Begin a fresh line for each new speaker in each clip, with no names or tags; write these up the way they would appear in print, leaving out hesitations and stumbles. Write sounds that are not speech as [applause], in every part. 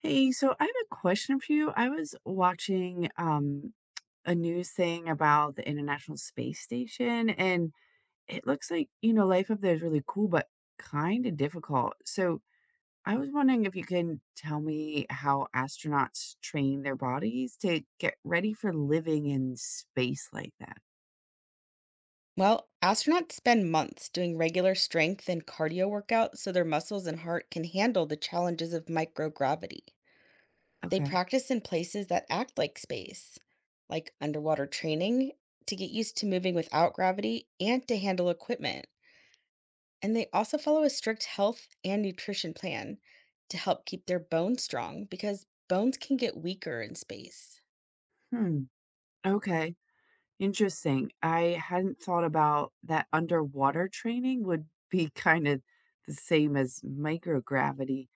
Hey, so I have a question for you. I was watching a news thing about the International Space Station, and it looks like, life up there is really cool, but kind of difficult. So I was wondering if you can tell me how astronauts train their bodies to get ready for living in space like that.
Well, astronauts spend months doing regular strength and cardio workouts so their muscles and heart can handle the challenges of microgravity. They
Okay.
practice in places that act like space, like underwater training, to get used to moving without gravity and to handle equipment. And they also follow a strict health and nutrition plan to help keep their bones strong because bones can get weaker in space.
Hmm. Okay. Interesting. I hadn't thought about that underwater training would be kind of the same as microgravity.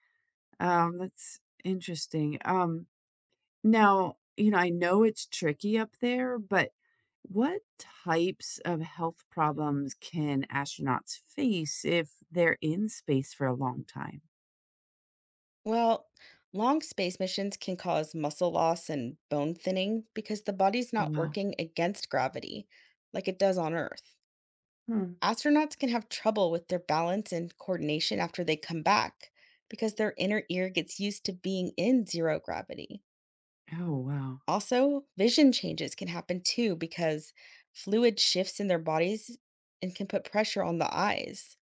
That's interesting. Now, I know it's tricky up there, but what types of health problems can astronauts face if they're in space for a long time?
Well, long space missions can cause muscle loss and bone thinning because the body's
Oh,
not
wow.
working against gravity like it does on Earth.
Hmm.
Astronauts can have trouble with their balance and coordination after they come back because their inner ear gets used to being in zero gravity.
Oh, wow.
Also, vision changes can happen too because fluid shifts in their bodies and can put pressure on the eyes.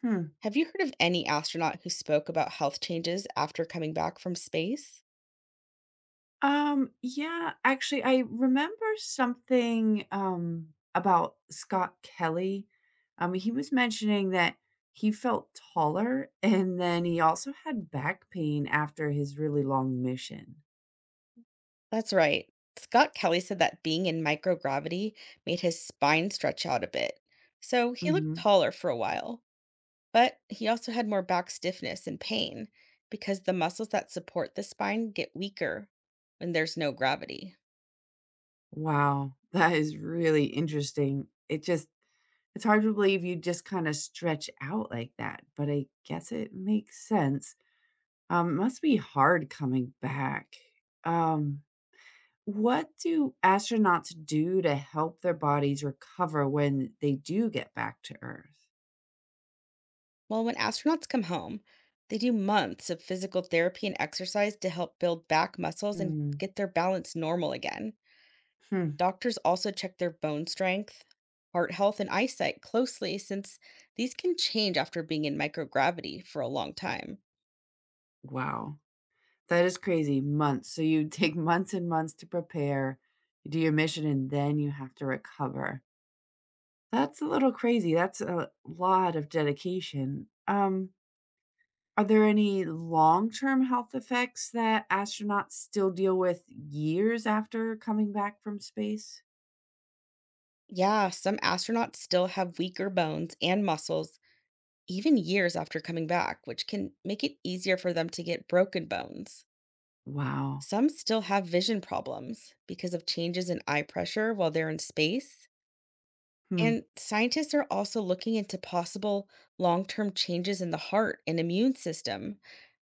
Hmm.
Have you heard of any astronaut who spoke about health changes after coming back from space?
Yeah, actually, I remember something about Scott Kelly. He was mentioning that he felt taller and then he also had back pain after his really long mission.
That's right. Scott Kelly said that being in microgravity made his spine stretch out a bit. So he looked
Hmm.
taller for a while, but he also had more back stiffness and pain because the muscles that support the spine get weaker when there's no gravity.
Wow, [laughs] that is really interesting. It's hard to believe you just kind of stretch out like that, but I guess it makes sense. Must be hard coming back. Um, What do astronauts do to help their bodies recover when they do get back to Earth?
Well, when astronauts come home, they do months of physical therapy and exercise to help build back muscles and
Mm.
get their balance normal again.
Hmm.
Doctors also check their bone strength, heart health, and eyesight closely since these can change after being in microgravity for a long time.
Wow. That is crazy. Months. So you take months and months to prepare, you do your mission, and then you have to recover. That's a little crazy. That's a lot of dedication. Are there any long term health effects that astronauts still deal with years after coming back from space?
Yeah, some astronauts still have weaker bones and muscles even years after coming back, which can make it easier for them to get broken bones.
Wow.
Some still have vision problems because of changes in eye pressure while they're in space.
Hmm.
And scientists are also looking into possible long term changes in the heart and immune system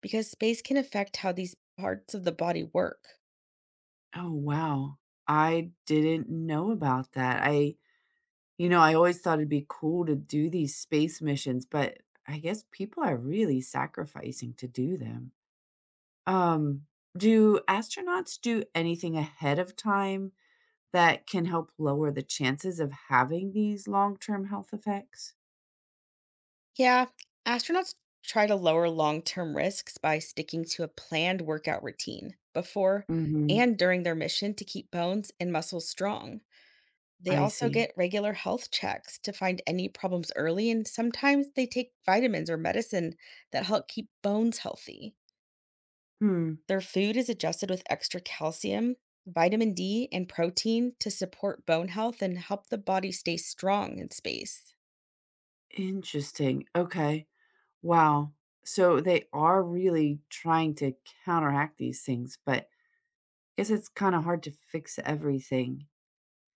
because space can affect how these parts of the body work.
Oh, wow. I didn't know about that. I always thought it'd be cool to do these space missions, but I guess people are really sacrificing to do them. Um, do astronauts do anything ahead of time that can help lower the chances of having these long term health effects?
Yeah, astronauts try to lower long term risks by sticking to a planned workout routine before
Hmm.
and during their mission to keep bones and muscles strong. They
I
also
see.
get regular health checks to find any problems early, and sometimes they take vitamins or medicine that help keep bones healthy.
Hmm.
Their food is adjusted with extra calcium, vitamin D, and protein to support bone health and help the body stay strong in space.
Interesting. Okay. Wow. So they are really trying to counteract these things, but guess it's kinda hard to fix everything.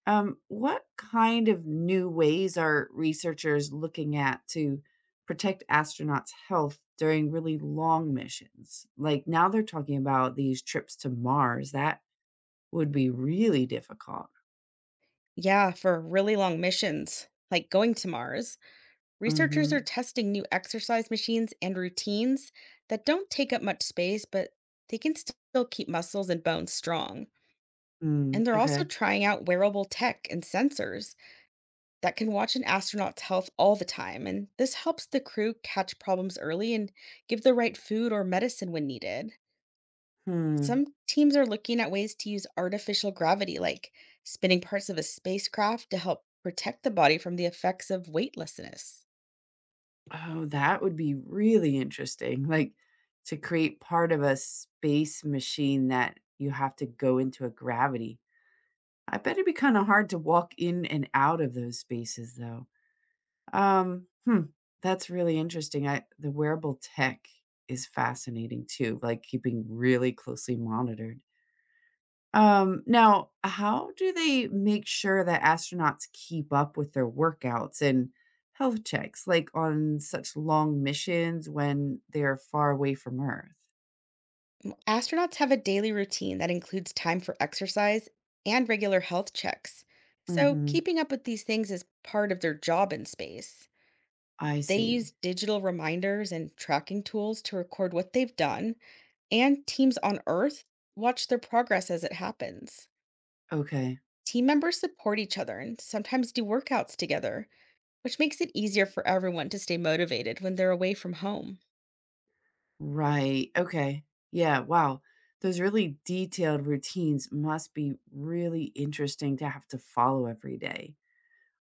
What kind of new ways are researchers looking at to protect astronauts' health during really long missions? Like, now they're talking about these trips to Mars, that would be really difficult.
Yeah, for really long missions, like going to Mars, researchers are
Mhm.
testing new exercise machines and routines that don't take up much space, but they can still keep muscles and bones strong.
Mm,
And they're also
okay.
trying out wearable tech and sensors that can watch an astronaut's health all the time. And this helps the crew catch problems early and give the right food or medicine when needed.
Hmm.
Some teams are looking at ways to use artificial gravity, like spinning parts of a spacecraft to help protect the body from the effects of weightlessness.
Oh, that would be really interesting, like, to create part of a space machine that you have to go into a gravity. I bet it'd be kinda hard to walk in and out of those spaces though. Um, hmm, that's really interesting. I The wearable tech is fascinating too, like keeping really closely monitored. Now how do they make sure that astronauts keep up with their workouts and health checks, like on such long missions when they're far away from Earth?
Astronauts have a daily routine that includes time for exercise and regular health checks. So,
Mhm.
keeping up with these things is part of their job in space.
I
They
see.
use digital reminders and tracking tools to record what they've done, and teams on Earth watch their progress as it happens.
Okay.
Team members support each other and sometimes do workouts together, which makes it easier for everyone to stay motivated when they're away from home.
Right. Okay. Yeah. Wow. Those really detailed routines must be really interesting to have to follow every day.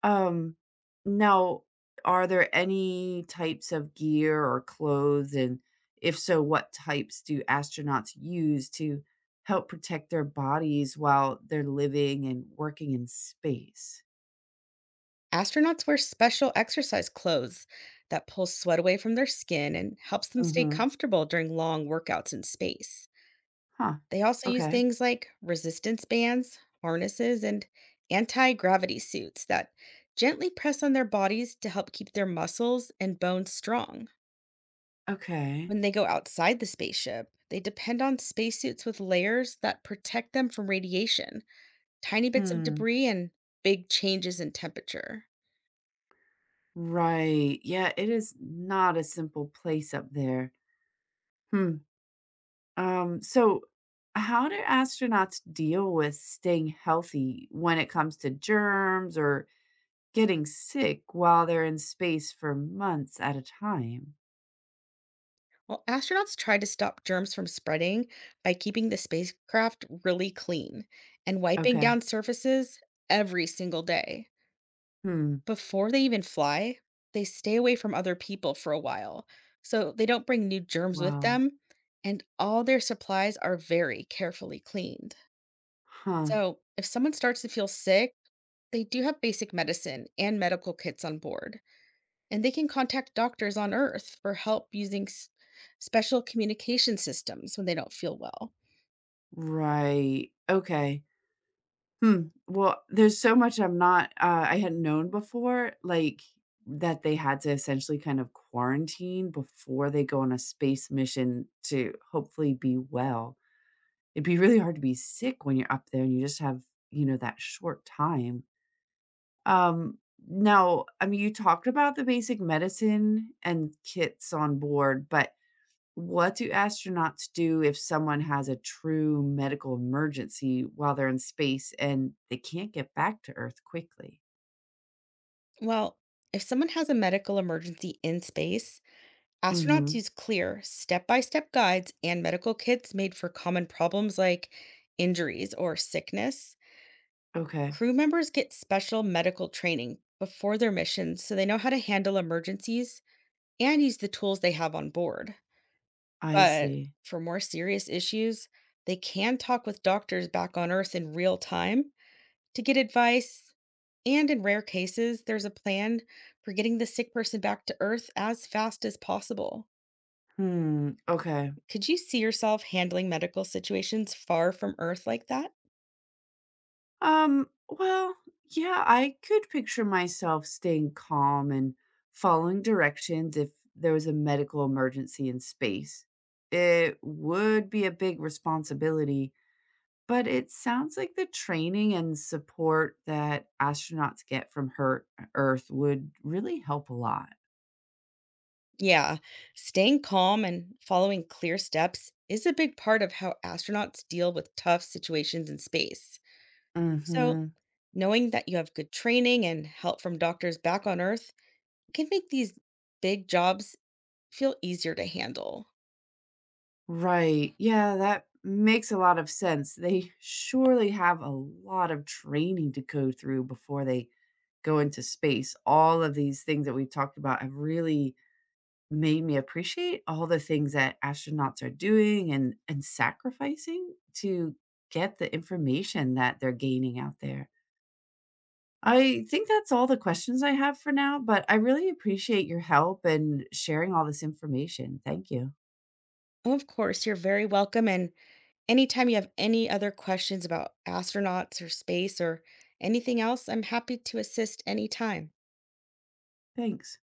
Um, Now, are there any types of gear or clothes? And if so, what types do astronauts use to help protect their bodies while they're living and working in space?
Astronauts wear special exercise clothes that pull sweat away from their skin and helps them stay
Mm-hmm.
comfortable during long workouts in space.
Huh.
They also use
Okay.
things like resistance bands, harnesses, and anti gravity suits that gently press on their bodies to help keep their muscles and bones strong.
Okay.
When they go outside the spaceship, they depend on spacesuits with layers that protect them from radiation, tiny bits of
Hmm.
debris, and big changes in temperature.
Right. Yeah, it is not a simple place up there. Hmm. So how do astronauts deal with staying healthy when it comes to germs or getting sick while they're in space for months at a time?
Well, astronauts try to stop germs from spreading by keeping the spacecraft really clean and wiping
Okay.
down surfaces every single day.
Hmm.
Before they even fly, they stay away from other people for a while, so they don't bring new germs with
Wow.
them, and all their supplies are very carefully cleaned.
Huh.
So, if someone starts to feel sick, they do have basic medicine and medical kits on board, and they can contact doctors on Earth for help using special communication systems when they don't feel well.
Right. Okay. Hmm, well, there's so much I hadn't known before, like, that they had to essentially kind of quarantine before they go on a space mission to hopefully be well. It'd be really hard to be sick when you're up there and you just have, that short time. Um, now, I mean, you talked about the basic medicine and kits on board, but what do astronauts do if someone has a true medical emergency while they're in space and they can't get back to Earth quickly?
Well, if someone has a medical emergency in space, astronauts
Mhm.
use clear, step by step guides and medical kits made for common problems like injuries or sickness.
Okay,
Crew members get special medical training before their missions so they know how to handle emergencies and use the tools they have on board.
I
But
see.
for more serious issues, they can talk with doctors back on Earth in real time to get advice. And in rare cases, there's a plan for getting the sick person back to Earth as fast as possible.
Hmm, okay.
Could you see yourself handling medical situations far from Earth like that?
Well, yeah, I could picture myself staying calm and following directions if there was a medical emergency in space. It would be a big responsibility, but it sounds like the training and support that astronauts get from her Earth would really help a lot.
Yeah, staying calm and following clear steps is a big part of how astronauts deal with tough situations in space. So,
Mhm.
knowing that you have good training and help from doctors back on Earth can make these big jobs feel easier to handle.
Right. Yeah, that makes a lot of sense. They surely have a lot of training to go through before they go into space. All of these things that we've talked about have really made me appreciate all the things that astronauts are doing and sacrificing to get the information that they're gaining out there. I think that's all the questions I have for now, but I really appreciate your help and sharing all this information. Thank you.
Oh, of course, you're very welcome. And anytime you have any other questions about astronauts or space or anything else, I'm happy to assist anytime.
Thanks.